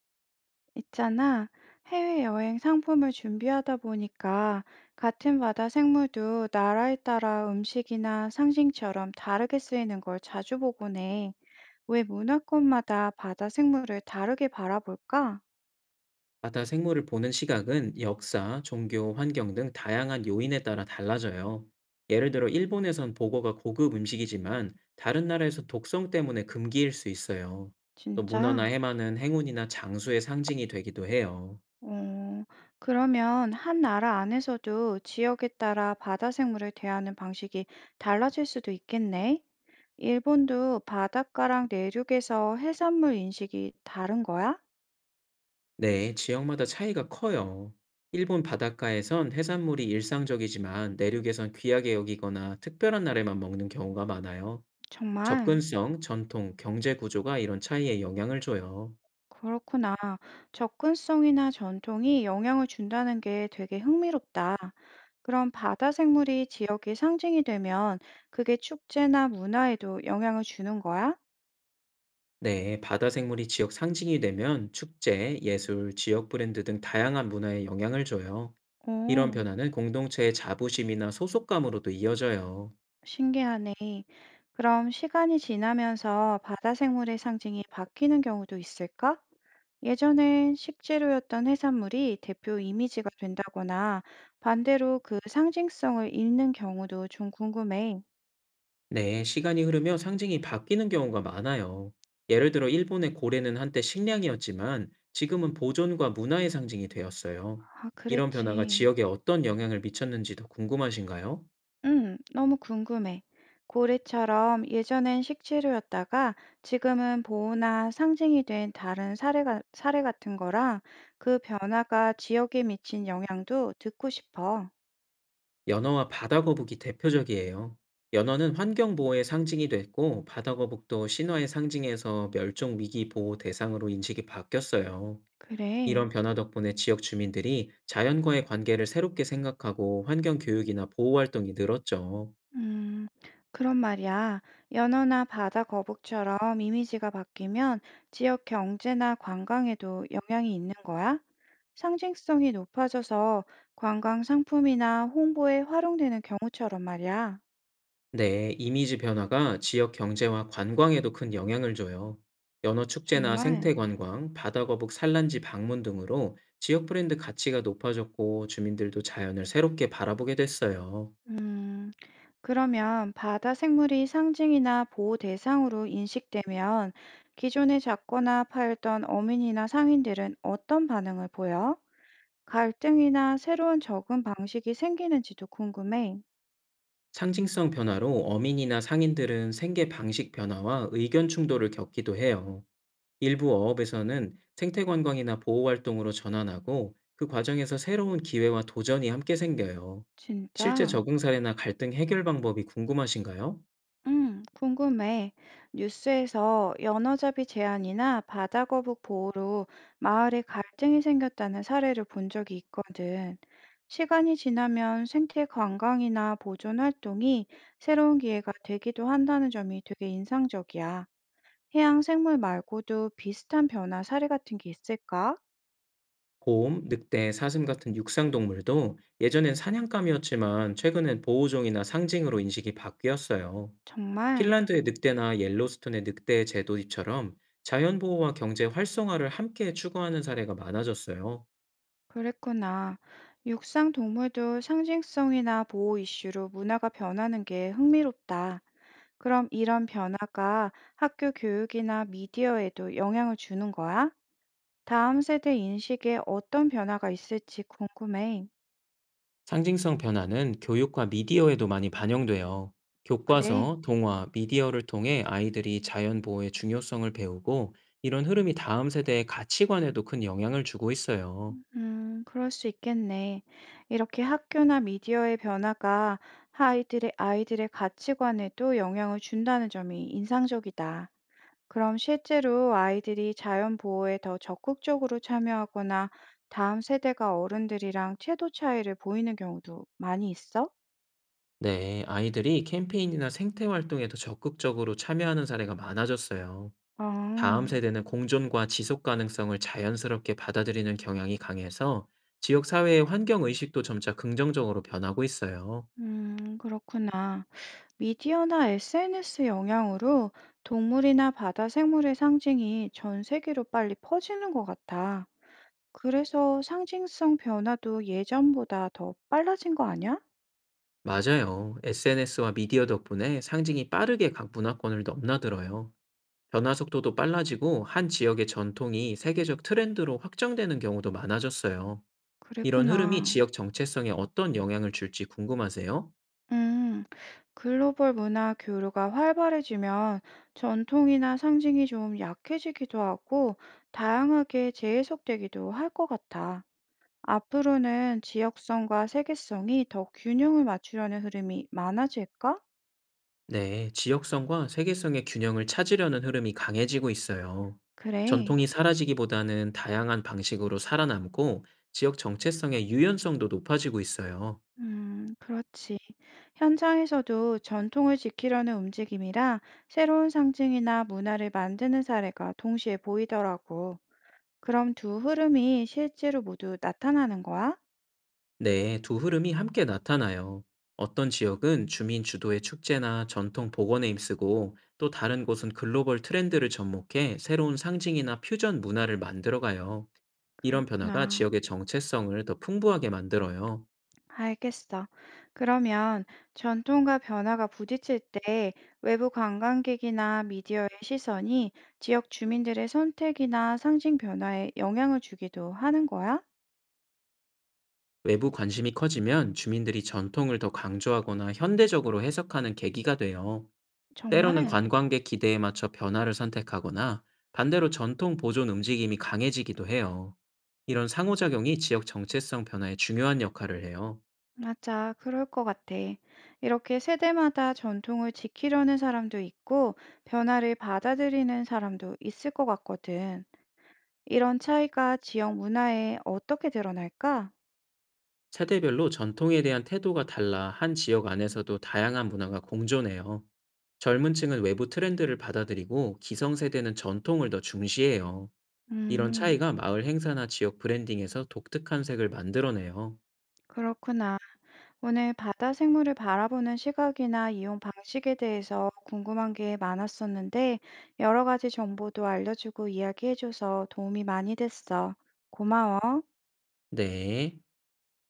있잖아. 해외여행 상품을 준비하다 보니까 같은 바다 생물도 나라에 따라 음식이나 상징처럼 다르게 쓰이는 걸 자주 보곤 해. 왜 문화권마다 바다 생물을 다르게 바라볼까? 바다 생물을 보는 시각은 역사, 종교, 환경 등 다양한 요인에 따라 달라져요. 예를 들어 일본에선 보고가 고급 음식이지만 다른 나라에서 독성 때문에 금기일 수 있어요. 또 문어나 진짜? 해마는 행운이나 장수의 상징이 되기도 해요. 어, 그러면 한 나라 안에서도 지역에 따라 바다 생물을 대하는 방식이 달라질 수도 있겠네. 일본도 바닷가랑 내륙에서 해산물 인식이 다른 거야? 네, 지역마다 차이가 커요. 일본 바닷가에선 해산물이 일상적이지만 내륙에선 귀하게 여기거나 특별한 날에만 먹는 경우가 많아요. 정말? 접근성, 전통, 경제 구조가 이런 차이에 영향을 줘요. 그렇구나. 접근성이나 전통이 영향을 준다는 게 되게 흥미롭다. 그럼 바다 생물이 지역의 상징이 되면 그게 축제나 문화에도 영향을 주는 거야? 네, 바다 생물이 지역 상징이 되면 축제, 예술, 지역 브랜드 등 다양한 문화에 영향을 줘요. 이런 오, 변화는 공동체의 자부심이나 소속감으로도 이어져요. 신기하네. 그럼 시간이 지나면서 바다 생물의 상징이 바뀌는 경우도 있을까? 예전엔 식재료였던 해산물이 대표 이미지가 된다거나 반대로 그 상징성을 잃는 경우도 좀 궁금해. 네, 시간이 흐르며 상징이 바뀌는 경우가 많아요. 예를 들어 일본의 고래는 한때 식량이었지만 지금은 보존과 문화의 상징이 되었어요. 아, 이런 변화가 그랬지. 지역에 어떤 영향을 미쳤는지도 궁금하신가요? 너무 궁금해. 고래처럼 예전엔 식재료였다가 지금은 보호나 상징이 된 다른 사례 같은 거랑 그 변화가 지역에 미친 영향도 듣고 싶어. 연어와 바다거북이 대표적이에요. 연어는 환경 보호의 상징이 됐고 바다거북도 신화의 상징에서 멸종 위기 보호 대상으로 인식이 바뀌었어요. 이런 그래. 변화 덕분에 지역 주민들이 자연과의 관계를 새롭게 생각하고 환경 교육이나 보호 활동이 늘었죠. 음, 그런 말이야. 연어나 바다 거북처럼 이미지가 바뀌면 지역 경제나 관광에도 영향이 있는 거야? 상징성이 높아져서 관광 상품이나 홍보에 활용되는 경우처럼 말이야. 네, 이미지 변화가 지역 경제와 관광에도 큰 영향을 줘요. 연어 축제나 정말. 생태 관광, 바다거북 산란지 방문 등으로 지역 브랜드 가치가 높아졌고 주민들도 자연을 새롭게 바라보게 됐어요. 음, 그러면 바다 생물이 상징이나 보호 대상으로 인식되면 기존에 잡거나 팔던 어민이나 상인들은 어떤 반응을 보여? 갈등이나 새로운 적응 방식이 생기는지도 궁금해. 상징성 변화로 어민이나 상인들은 생계 방식 변화와 의견 충돌을 겪기도 해요. 일부 어업에서는 생태 관광이나 보호 활동으로 전환하고 그 과정에서 새로운 기회와 도전이 함께 생겨요. 실제 진짜? 적응 사례나 갈등 해결 방법이 궁금하신가요? 궁금해. 뉴스에서 연어잡이 제한이나 바다거북 보호로 마을에 갈등이 생겼다는 사례를 본 적이 있거든. 시간이 지나면 생태 관광이나 보존 활동이 새로운 기회가 되기도 한다는 점이 되게 인상적이야. 해양 생물 말고도 비슷한 변화 사례 같은 게 있을까? 곰, 늑대, 사슴 같은 육상 동물도 예전엔 사냥감이었지만 최근엔 보호종이나 상징으로 인식이 바뀌었어요. 정말 핀란드의 늑대나 옐로스톤의 늑대 재도입처럼 자연 보호와 경제 활성화를 함께 추구하는 사례가 많아졌어요. 그랬구나. 육상 동물도 상징성이나 보호 이슈로 문화가 변하는 게 흥미롭다. 그럼 이런 변화가 학교 교육이나 미디어에도 영향을 주는 거야? 다음 세대 인식에 어떤 변화가 있을지 궁금해. 상징성 변화는 교육과 미디어에도 많이 반영돼요. 그래? 교과서, 동화, 미디어를 통해 아이들이 자연 보호의 중요성을 배우고 이런 흐름이 다음 세대의 가치관에도 큰 영향을 주고 있어요. 그럴 수 있겠네. 이렇게 학교나 미디어의 변화가 아이들의 가치관에도 영향을 준다는 점이 인상적이다. 그럼 실제로 아이들이 자연 보호에 더 적극적으로 참여하거나 다음 세대가 어른들이랑 태도 차이를 보이는 경우도 많이 있어? 네, 아이들이 캠페인이나 생태 활동에 더 적극적으로 참여하는 사례가 많아졌어요. 아. 다음 세대는 공존과 지속 가능성을 자연스럽게 받아들이는 경향이 강해서 지역 사회의 환경 의식도 점차 긍정적으로 변하고 있어요. 그렇구나. 미디어나 SNS 영향으로 동물이나 바다 생물의 상징이 전 세계로 빨리 퍼지는 것 같아. 그래서 상징성 변화도 예전보다 더 빨라진 거 아니야? 맞아요. SNS와 미디어 덕분에 상징이 빠르게 각 문화권을 넘나들어요. 변화 속도도 빨라지고 한 지역의 전통이 세계적 트렌드로 확정되는 경우도 많아졌어요. 이런 흐름이 그랬구나. 지역 정체성에 어떤 영향을 줄지 궁금하세요? 음, 글로벌 문화 교류가 활발해지면 전통이나 상징이 좀 약해지기도 하고 다양하게 재해석되기도 할 것 같아. 앞으로는 지역성과 세계성이 더 균형을 맞추려는 흐름이 많아질까? 네, 지역성과 세계성의 균형을 찾으려는 흐름이 강해지고 있어요. 그래. 전통이 사라지기보다는 다양한 방식으로 살아남고 지역 정체성의 유연성도 높아지고 있어요. 그렇지. 현장에서도 전통을 지키려는 움직임이라 새로운 상징이나 문화를 만드는 사례가 동시에 보이더라고. 그럼 두 흐름이 실제로 모두 나타나는 거야? 네, 두 흐름이 함께 나타나요. 어떤 지역은 주민 주도의 축제나 전통 복원에 힘쓰고 또 다른 곳은 글로벌 트렌드를 접목해 새로운 상징이나 퓨전 문화를 만들어가요. 이런 변화가 그렇구나. 지역의 정체성을 더 풍부하게 만들어요. 알겠어. 그러면 전통과 변화가 부딪힐 때 외부 관광객이나 미디어의 시선이 지역 주민들의 선택이나 상징 변화에 영향을 주기도 하는 거야? 외부 관심이 커지면 주민들이 전통을 더 강조하거나 현대적으로 해석하는 계기가 돼요. 때로는 정말? 관광객 기대에 맞춰 변화를 선택하거나 반대로 전통 보존 움직임이 강해지기도 해요. 이런 상호작용이 지역 정체성 변화에 중요한 역할을 해요. 맞아, 그럴 것 같아. 이렇게 세대마다 전통을 지키려는 사람도 있고 변화를 받아들이는 사람도 있을 것 같거든. 이런 차이가 지역 문화에 어떻게 드러날까? 세대별로 전통에 대한 태도가 달라 한 지역 안에서도 다양한 문화가 공존해요. 젊은 층은 외부 트렌드를 받아들이고 기성세대는 전통을 더 중시해요. 이런 음, 차이가 마을 행사나 지역 브랜딩에서 독특한 색을 만들어내요. 그렇구나. 오늘 바다 생물을 바라보는 시각이나 이용 방식에 대해서 궁금한 게 많았었는데, 여러 가지 정보도 알려주고 이야기해줘서 도움이 많이 됐어. 고마워. 네.